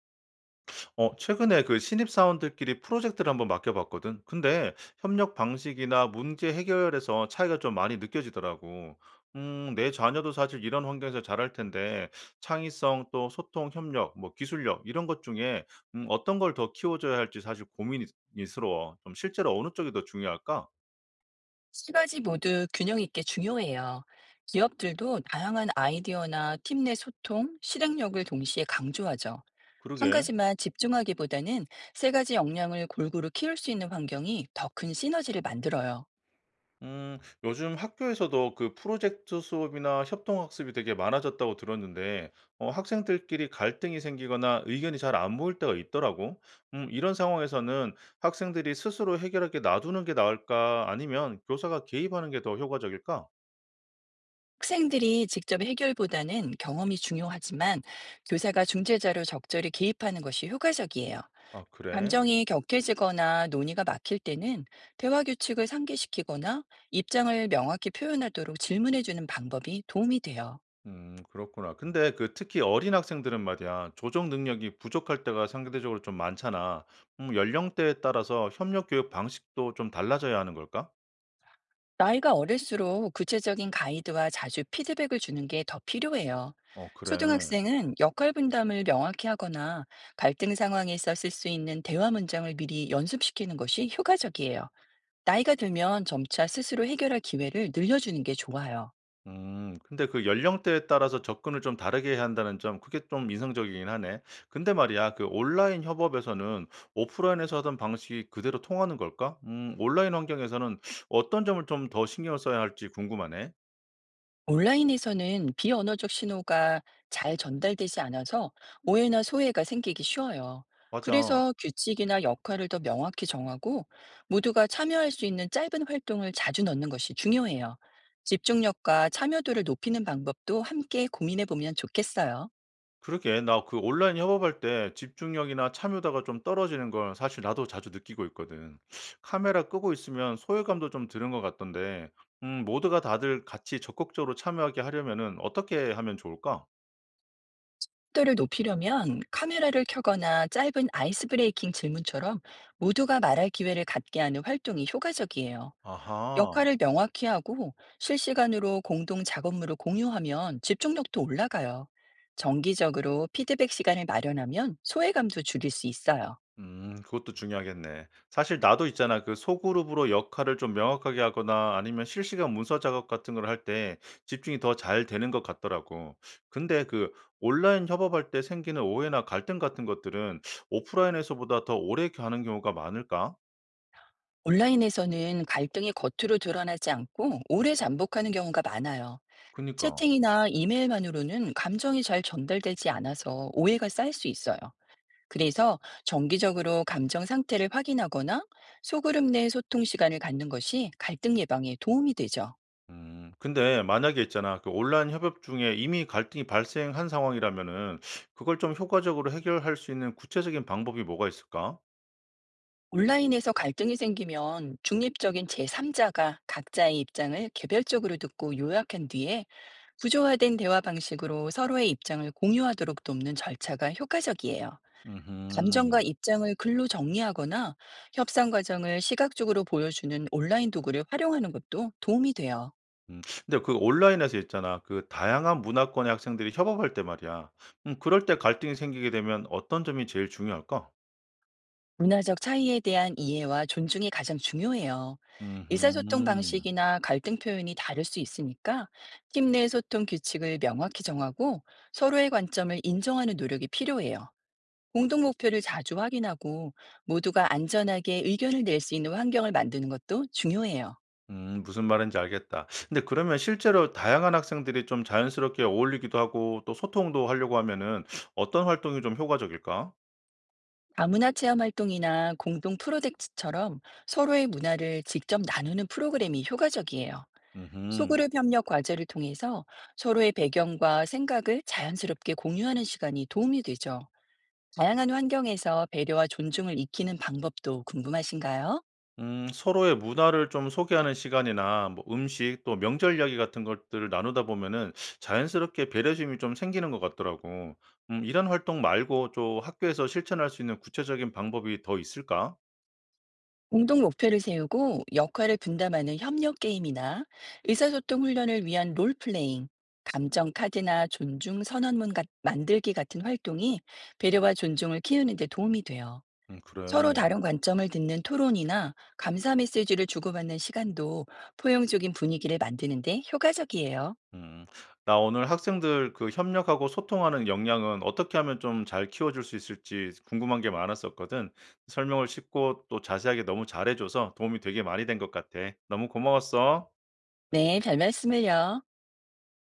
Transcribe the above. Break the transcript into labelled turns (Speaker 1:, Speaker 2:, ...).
Speaker 1: 최근에 그 신입사원들끼리 프로젝트를 한번 맡겨봤거든. 근데 협력 방식이나 문제 해결에서 차이가 좀 많이 느껴지더라고. 내 자녀도 사실 이런 환경에서 자랄 텐데, 창의성 또 소통, 협력, 뭐 기술력 이런 것 중에 어떤 걸 더 키워줘야 할지 사실 고민이스러워. 좀 실제로 어느 쪽이 더 중요할까?
Speaker 2: 세 가지 모두 균형 있게 중요해요. 기업들도 다양한 아이디어나 팀 내 소통, 실행력을 동시에 강조하죠. 한
Speaker 1: 그러게.
Speaker 2: 가지만 집중하기보다는 세 가지 역량을 골고루 키울 수 있는 환경이 더 큰 시너지를 만들어요.
Speaker 1: 요즘 학교에서도 그 프로젝트 수업이나 협동학습이 되게 많아졌다고 들었는데, 학생들끼리 갈등이 생기거나 의견이 잘 안 모일 때가 있더라고. 이런 상황에서는 학생들이 스스로 해결하게 놔두는 게 나을까? 아니면 교사가 개입하는 게 더 효과적일까?
Speaker 2: 학생들이 직접 해결보다는 경험이 중요하지만 교사가 중재자로 적절히 개입하는 것이 효과적이에요.
Speaker 1: 아, 그래?
Speaker 2: 감정이 격해지거나 논의가 막힐 때는 대화 규칙을 상기시키거나 입장을 명확히 표현하도록 질문해주는 방법이 도움이 돼요.
Speaker 1: 그렇구나. 근데 그 특히 어린 학생들은 말이야, 조정 능력이 부족할 때가 상대적으로 좀 많잖아. 연령대에 따라서 협력 교육 방식도 좀 달라져야 하는 걸까?
Speaker 2: 나이가 어릴수록 구체적인 가이드와 자주 피드백을 주는 게 더 필요해요.
Speaker 1: 어, 그래.
Speaker 2: 초등학생은 역할 분담을 명확히 하거나 갈등 상황에서 쓸 수 있는 대화 문장을 미리 연습시키는 것이 효과적이에요. 나이가 들면 점차 스스로 해결할 기회를 늘려주는 게 좋아요.
Speaker 1: 음. 근데 그 연령대에 따라서 접근을 좀 다르게 해야 한다는 점 그게 좀 인상적이긴 하네. 근데 말이야 그 온라인 협업에서는 오프라인에서 하던 방식이 그대로 통하는 걸까? 음. 온라인 환경에서는 어떤 점을 좀 더 신경을 써야 할지 궁금하네.
Speaker 2: 온라인에서는 비언어적 신호가 잘 전달되지 않아서 오해나 소외가 생기기 쉬워요.
Speaker 1: 맞아.
Speaker 2: 그래서 규칙이나 역할을 더 명확히 정하고 모두가 참여할 수 있는 짧은 활동을 자주 넣는 것이 중요해요. 집중력과 참여도를 높이는 방법도 함께 고민해 보면 좋겠어요.
Speaker 1: 그러게 나 그 온라인 협업할 때 집중력이나 참여도가 좀 떨어지는 걸 사실 나도 자주 느끼고 있거든. 카메라 끄고 있으면 소외감도 좀 드는 것 같던데, 모두가 다들 같이 적극적으로 참여하게 하려면은 어떻게 하면 좋을까?
Speaker 2: 도를 높이려면 카메라를 켜거나 짧은 아이스 브레이킹 질문처럼 모두가 말할 기회를 갖게 하는 활동이 효과적이에요.
Speaker 1: 아하.
Speaker 2: 역할을 명확히 하고 실시간으로 공동 작업물을 공유하면 집중력도 올라가요. 정기적으로 피드백 시간을 마련하면 소외감도 줄일 수 있어요.
Speaker 1: 그것도 중요하겠네. 사실 나도 있잖아. 그 소그룹으로 역할을 좀 명확하게 하거나 아니면 실시간 문서 작업 같은 걸 할 때 집중이 더 잘 되는 것 같더라고. 근데 그 온라인 협업할 때 생기는 오해나 갈등 같은 것들은 오프라인에서보다 더 오래 가는 경우가 많을까?
Speaker 2: 온라인에서는 갈등이 겉으로 드러나지 않고 오래 잠복하는 경우가 많아요.
Speaker 1: 그니까.
Speaker 2: 채팅이나 이메일만으로는 감정이 잘 전달되지 않아서 오해가 쌓일 수 있어요. 그래서 정기적으로 감정 상태를 확인하거나 소그룹 내 소통 시간을 갖는 것이 갈등 예방에 도움이 되죠.
Speaker 1: 음. 근데 만약에 있잖아. 그 온라인 협업 중에 이미 갈등이 발생한 상황이라면은 그걸 좀 효과적으로 해결할 수 있는 구체적인 방법이 뭐가 있을까?
Speaker 2: 온라인에서 갈등이 생기면 중립적인 제3자가 각자의 입장을 개별적으로 듣고 요약한 뒤에 구조화된 대화 방식으로 서로의 입장을 공유하도록 돕는 절차가 효과적이에요.
Speaker 1: 음흠.
Speaker 2: 감정과 입장을 글로 정리하거나 협상 과정을 시각적으로 보여주는 온라인 도구를 활용하는 것도 도움이 돼요.
Speaker 1: 음. 근데 그 온라인에서 있잖아. 그 다양한 문화권의 학생들이 협업할 때 말이야. 그럴 때 갈등이 생기게 되면 어떤 점이 제일 중요할까?
Speaker 2: 문화적 차이에 대한 이해와 존중이 가장 중요해요. 의사소통
Speaker 1: 음
Speaker 2: 방식이나 갈등 표현이 다를 수 있으니까 팀 내 소통 규칙을 명확히 정하고 서로의 관점을 인정하는 노력이 필요해요. 공동 목표를 자주 확인하고 모두가 안전하게 의견을 낼 수 있는 환경을 만드는 것도 중요해요.
Speaker 1: 무슨 말인지 알겠다. 근데 그러면 실제로 다양한 학생들이 좀 자연스럽게 어울리기도 하고 또 소통도 하려고 하면은 어떤 활동이 좀 효과적일까?
Speaker 2: 다문화 체험 활동이나 공동 프로젝트처럼 서로의 문화를 직접 나누는 프로그램이 효과적이에요.
Speaker 1: 음
Speaker 2: 소그룹 협력 과제를 통해서 서로의 배경과 생각을 자연스럽게 공유하는 시간이 도움이 되죠. 다양한 환경에서 배려와 존중을 익히는 방법도 궁금하신가요?
Speaker 1: 서로의 문화를 좀 소개하는 시간이나 뭐 음식 또 명절 이야기 같은 것들을 나누다 보면은 자연스럽게 배려심이 좀 생기는 것 같더라고. 이런 활동 말고 좀 학교에서 실천할 수 있는 구체적인 방법이 더 있을까?
Speaker 2: 공동 목표를 세우고 역할을 분담하는 협력 게임이나 의사소통 훈련을 위한 롤플레잉, 감정 카드나 존중 선언문 만들기 같은 활동이 배려와 존중을 키우는 데 도움이 돼요.
Speaker 1: 그래.
Speaker 2: 서로 다른 관점을 듣는 토론이나 감사 메시지를 주고받는 시간도 포용적인 분위기를 만드는데 효과적이에요.
Speaker 1: 음, 나 오늘 학생들 그 협력하고 소통하는 역량은 어떻게 하면 좀 잘 키워줄 수 있을지 궁금한 게 많았었거든. 설명을 쉽고 또 자세하게 너무 잘해줘서 도움이 되게 많이 된 것 같아. 너무 고마웠어.
Speaker 2: 네, 별 말씀을요.